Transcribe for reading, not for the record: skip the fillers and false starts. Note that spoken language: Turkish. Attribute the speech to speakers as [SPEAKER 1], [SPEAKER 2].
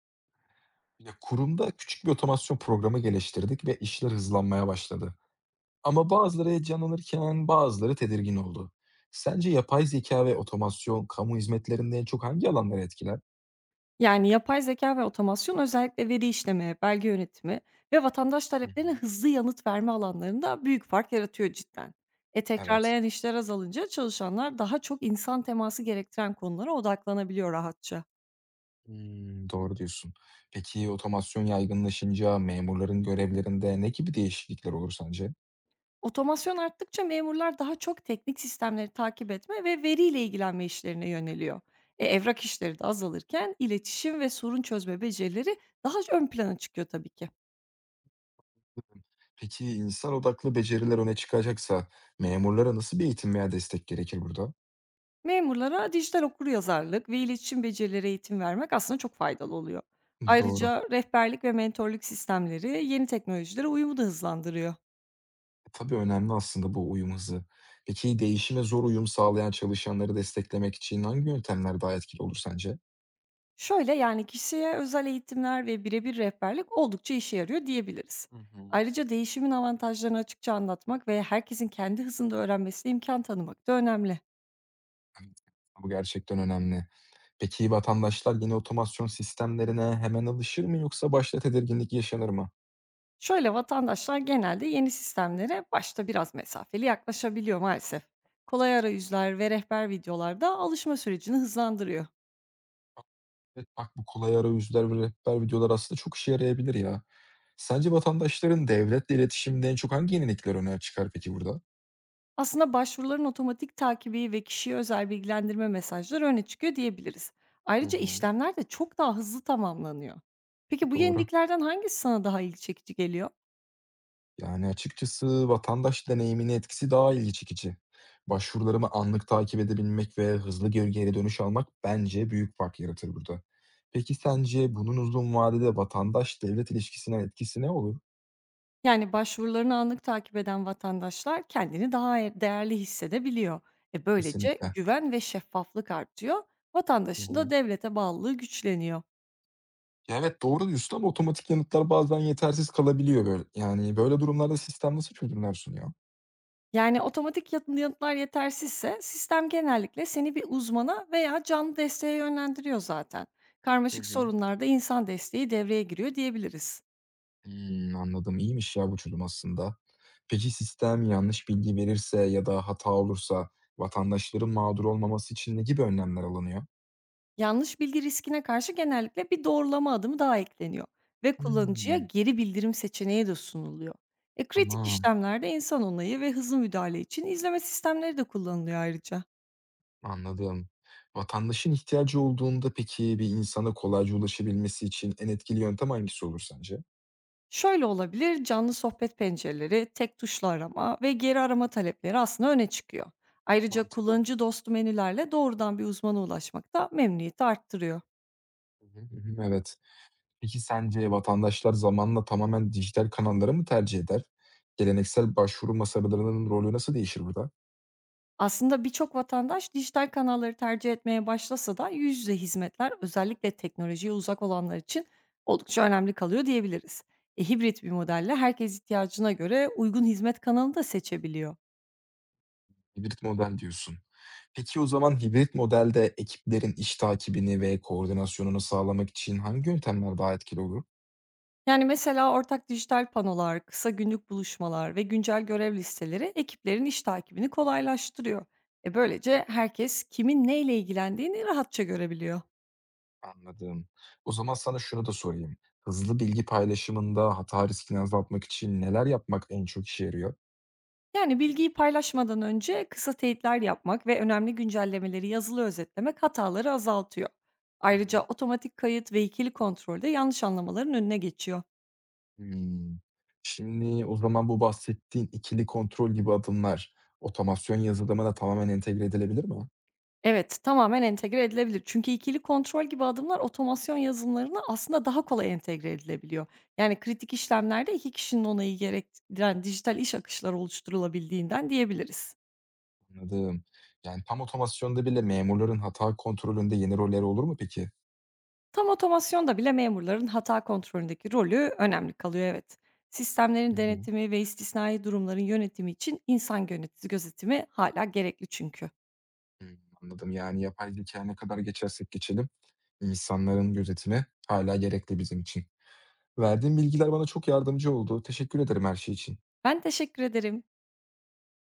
[SPEAKER 1] Ya, kurumda küçük bir otomasyon programı geliştirdik ve işler hızlanmaya başladı. Ama bazıları heyecanlanırken bazıları tedirgin oldu. Sence yapay zeka ve otomasyon kamu hizmetlerinde en çok hangi alanları etkiler?
[SPEAKER 2] Yani, yapay zeka ve otomasyon özellikle veri işleme, belge yönetimi ve vatandaş
[SPEAKER 1] Hı
[SPEAKER 2] taleplerine
[SPEAKER 1] hı.
[SPEAKER 2] hızlı yanıt verme alanlarında büyük fark yaratıyor cidden.
[SPEAKER 1] Evet.
[SPEAKER 2] Tekrarlayan işler azalınca çalışanlar daha çok insan teması gerektiren konulara odaklanabiliyor rahatça.
[SPEAKER 1] Hımm, doğru diyorsun. Peki otomasyon yaygınlaşınca memurların görevlerinde ne gibi değişiklikler olur sence?
[SPEAKER 2] Otomasyon arttıkça memurlar daha çok teknik sistemleri takip etme ve veriyle ilgilenme işlerine yöneliyor. Evrak işleri de azalırken iletişim ve sorun çözme becerileri daha ön plana çıkıyor tabii ki.
[SPEAKER 1] Peki insan odaklı beceriler öne çıkacaksa memurlara nasıl bir eğitim veya destek gerekir burada?
[SPEAKER 2] Memurlara dijital okuryazarlık ve iletişim becerileri eğitim vermek aslında çok faydalı oluyor.
[SPEAKER 1] Doğru.
[SPEAKER 2] Ayrıca rehberlik ve mentorluk sistemleri yeni teknolojilere uyumu da hızlandırıyor.
[SPEAKER 1] Tabii önemli aslında bu uyum hızı. Peki değişime zor uyum sağlayan çalışanları desteklemek için hangi yöntemler daha etkili olur sence?
[SPEAKER 2] Şöyle yani kişiye özel eğitimler ve birebir rehberlik oldukça işe yarıyor diyebiliriz.
[SPEAKER 1] Hı hı.
[SPEAKER 2] Ayrıca değişimin avantajlarını açıkça anlatmak ve herkesin kendi hızında öğrenmesine imkan tanımak da önemli.
[SPEAKER 1] Evet, bu gerçekten önemli. Peki vatandaşlar yeni otomasyon sistemlerine hemen alışır mı yoksa başta tedirginlik yaşanır mı?
[SPEAKER 2] Şöyle vatandaşlar genelde yeni sistemlere başta biraz mesafeli yaklaşabiliyor maalesef. Kolay arayüzler ve rehber videolar da alışma sürecini hızlandırıyor.
[SPEAKER 1] Evet. Bak, bu kolay arayüzler ve rehber videolar aslında çok işe yarayabilir ya. Sence vatandaşların devletle iletişimde en çok hangi yenilikler öne çıkar peki burada?
[SPEAKER 2] Aslında başvuruların otomatik takibi ve kişiye özel bilgilendirme mesajları öne çıkıyor diyebiliriz.
[SPEAKER 1] Hı
[SPEAKER 2] Ayrıca
[SPEAKER 1] hı.
[SPEAKER 2] işlemler de çok daha hızlı tamamlanıyor. Peki bu
[SPEAKER 1] Doğru.
[SPEAKER 2] yeniliklerden hangisi sana daha ilgi çekici geliyor?
[SPEAKER 1] Yani, açıkçası vatandaş deneyimine etkisi daha ilgi çekici. Başvurularımı anlık takip edebilmek ve hızlı geri dönüş almak bence büyük fark yaratır burada. Peki sence bunun uzun vadede vatandaş-devlet ilişkisine etkisi ne olur?
[SPEAKER 2] Yani başvurularını anlık takip eden vatandaşlar kendini daha değerli hissedebiliyor. Böylece
[SPEAKER 1] Kesinlikle.
[SPEAKER 2] güven ve şeffaflık artıyor.
[SPEAKER 1] Hı
[SPEAKER 2] Vatandaşın da
[SPEAKER 1] hı.
[SPEAKER 2] devlete bağlılığı güçleniyor.
[SPEAKER 1] Ya, evet, doğru diyorsun, ama otomatik yanıtlar bazen yetersiz kalabiliyor böyle. Yani, böyle durumlarda sistem nasıl çözümler sunuyor?
[SPEAKER 2] Yani, otomatik yanıtlar yetersizse sistem genellikle seni bir uzmana veya canlı desteğe yönlendiriyor zaten.
[SPEAKER 1] Hı
[SPEAKER 2] Karmaşık
[SPEAKER 1] hı.
[SPEAKER 2] sorunlarda insan desteği devreye giriyor diyebiliriz.
[SPEAKER 1] Hımm, anladım. İyiymiş ya bu çözüm aslında. Peki sistem yanlış bilgi verirse ya da hata olursa vatandaşların mağdur olmaması için ne gibi önlemler alınıyor?
[SPEAKER 2] Yanlış bilgi riskine karşı genellikle bir doğrulama adımı daha ekleniyor ve kullanıcıya
[SPEAKER 1] Hımm,
[SPEAKER 2] geri bildirim seçeneği de sunuluyor. Kritik
[SPEAKER 1] tamam,
[SPEAKER 2] işlemlerde insan onayı ve hızlı müdahale için izleme sistemleri de kullanılıyor ayrıca.
[SPEAKER 1] anladım. Vatandaşın ihtiyacı olduğunda peki bir insana kolayca ulaşabilmesi için en etkili yöntem hangisi olur sence?
[SPEAKER 2] Şöyle olabilir, canlı sohbet pencereleri, tek tuşlu arama ve geri arama talepleri aslında öne çıkıyor. Ayrıca
[SPEAKER 1] Mantıklı.
[SPEAKER 2] kullanıcı dostu menülerle doğrudan bir uzmana ulaşmak da memnuniyeti arttırıyor.
[SPEAKER 1] Hı hı. Hı hı, evet. Peki sence vatandaşlar zamanla tamamen dijital kanalları mı tercih eder? Geleneksel başvuru masalarının rolü nasıl değişir burada?
[SPEAKER 2] Aslında birçok vatandaş dijital kanalları tercih etmeye başlasa da yüz yüze hizmetler özellikle teknolojiye uzak olanlar için oldukça önemli kalıyor diyebiliriz. Hibrit bir modelle herkes ihtiyacına göre uygun hizmet kanalını da seçebiliyor.
[SPEAKER 1] Hibrit model diyorsun. Peki o zaman hibrit modelde ekiplerin iş takibini ve koordinasyonunu sağlamak için hangi yöntemler daha etkili olur?
[SPEAKER 2] Yani, mesela ortak dijital panolar, kısa günlük buluşmalar ve güncel görev listeleri ekiplerin iş takibini kolaylaştırıyor. Böylece herkes kimin neyle ilgilendiğini rahatça görebiliyor.
[SPEAKER 1] Anladım. O zaman sana şunu da sorayım. Hızlı bilgi paylaşımında hata riskini azaltmak için neler yapmak en çok işe yarıyor?
[SPEAKER 2] Yani bilgiyi paylaşmadan önce kısa teyitler yapmak ve önemli güncellemeleri yazılı özetlemek hataları azaltıyor.
[SPEAKER 1] Hı
[SPEAKER 2] Ayrıca
[SPEAKER 1] hı.
[SPEAKER 2] otomatik kayıt ve ikili kontrol de yanlış anlamaların önüne geçiyor.
[SPEAKER 1] Hmm. Şimdi o zaman bu bahsettiğin ikili kontrol gibi adımlar otomasyon yazılımına tamamen entegre edilebilir mi?
[SPEAKER 2] Evet, tamamen entegre edilebilir. Çünkü ikili kontrol gibi adımlar otomasyon yazılımlarına aslında daha kolay entegre edilebiliyor. Yani kritik işlemlerde iki kişinin onayı gerektiren dijital iş akışları oluşturulabildiğinden diyebiliriz.
[SPEAKER 1] Anladım. Yani tam otomasyonda bile memurların hata kontrolünde yeni rolleri olur mu peki?
[SPEAKER 2] Tam otomasyonda bile memurların hata kontrolündeki rolü önemli kalıyor evet.
[SPEAKER 1] Hı
[SPEAKER 2] Sistemlerin
[SPEAKER 1] hı.
[SPEAKER 2] denetimi ve istisnai durumların yönetimi için insan yönetici gözetimi hala gerekli çünkü.
[SPEAKER 1] Hımm, anladım. Yani, yapay zekâya ne kadar geçersek geçelim, insanların gözetimi hâlâ gerekli bizim için. Verdiğin bilgiler bana çok yardımcı oldu. Teşekkür ederim her şey için.
[SPEAKER 2] Ben teşekkür ederim.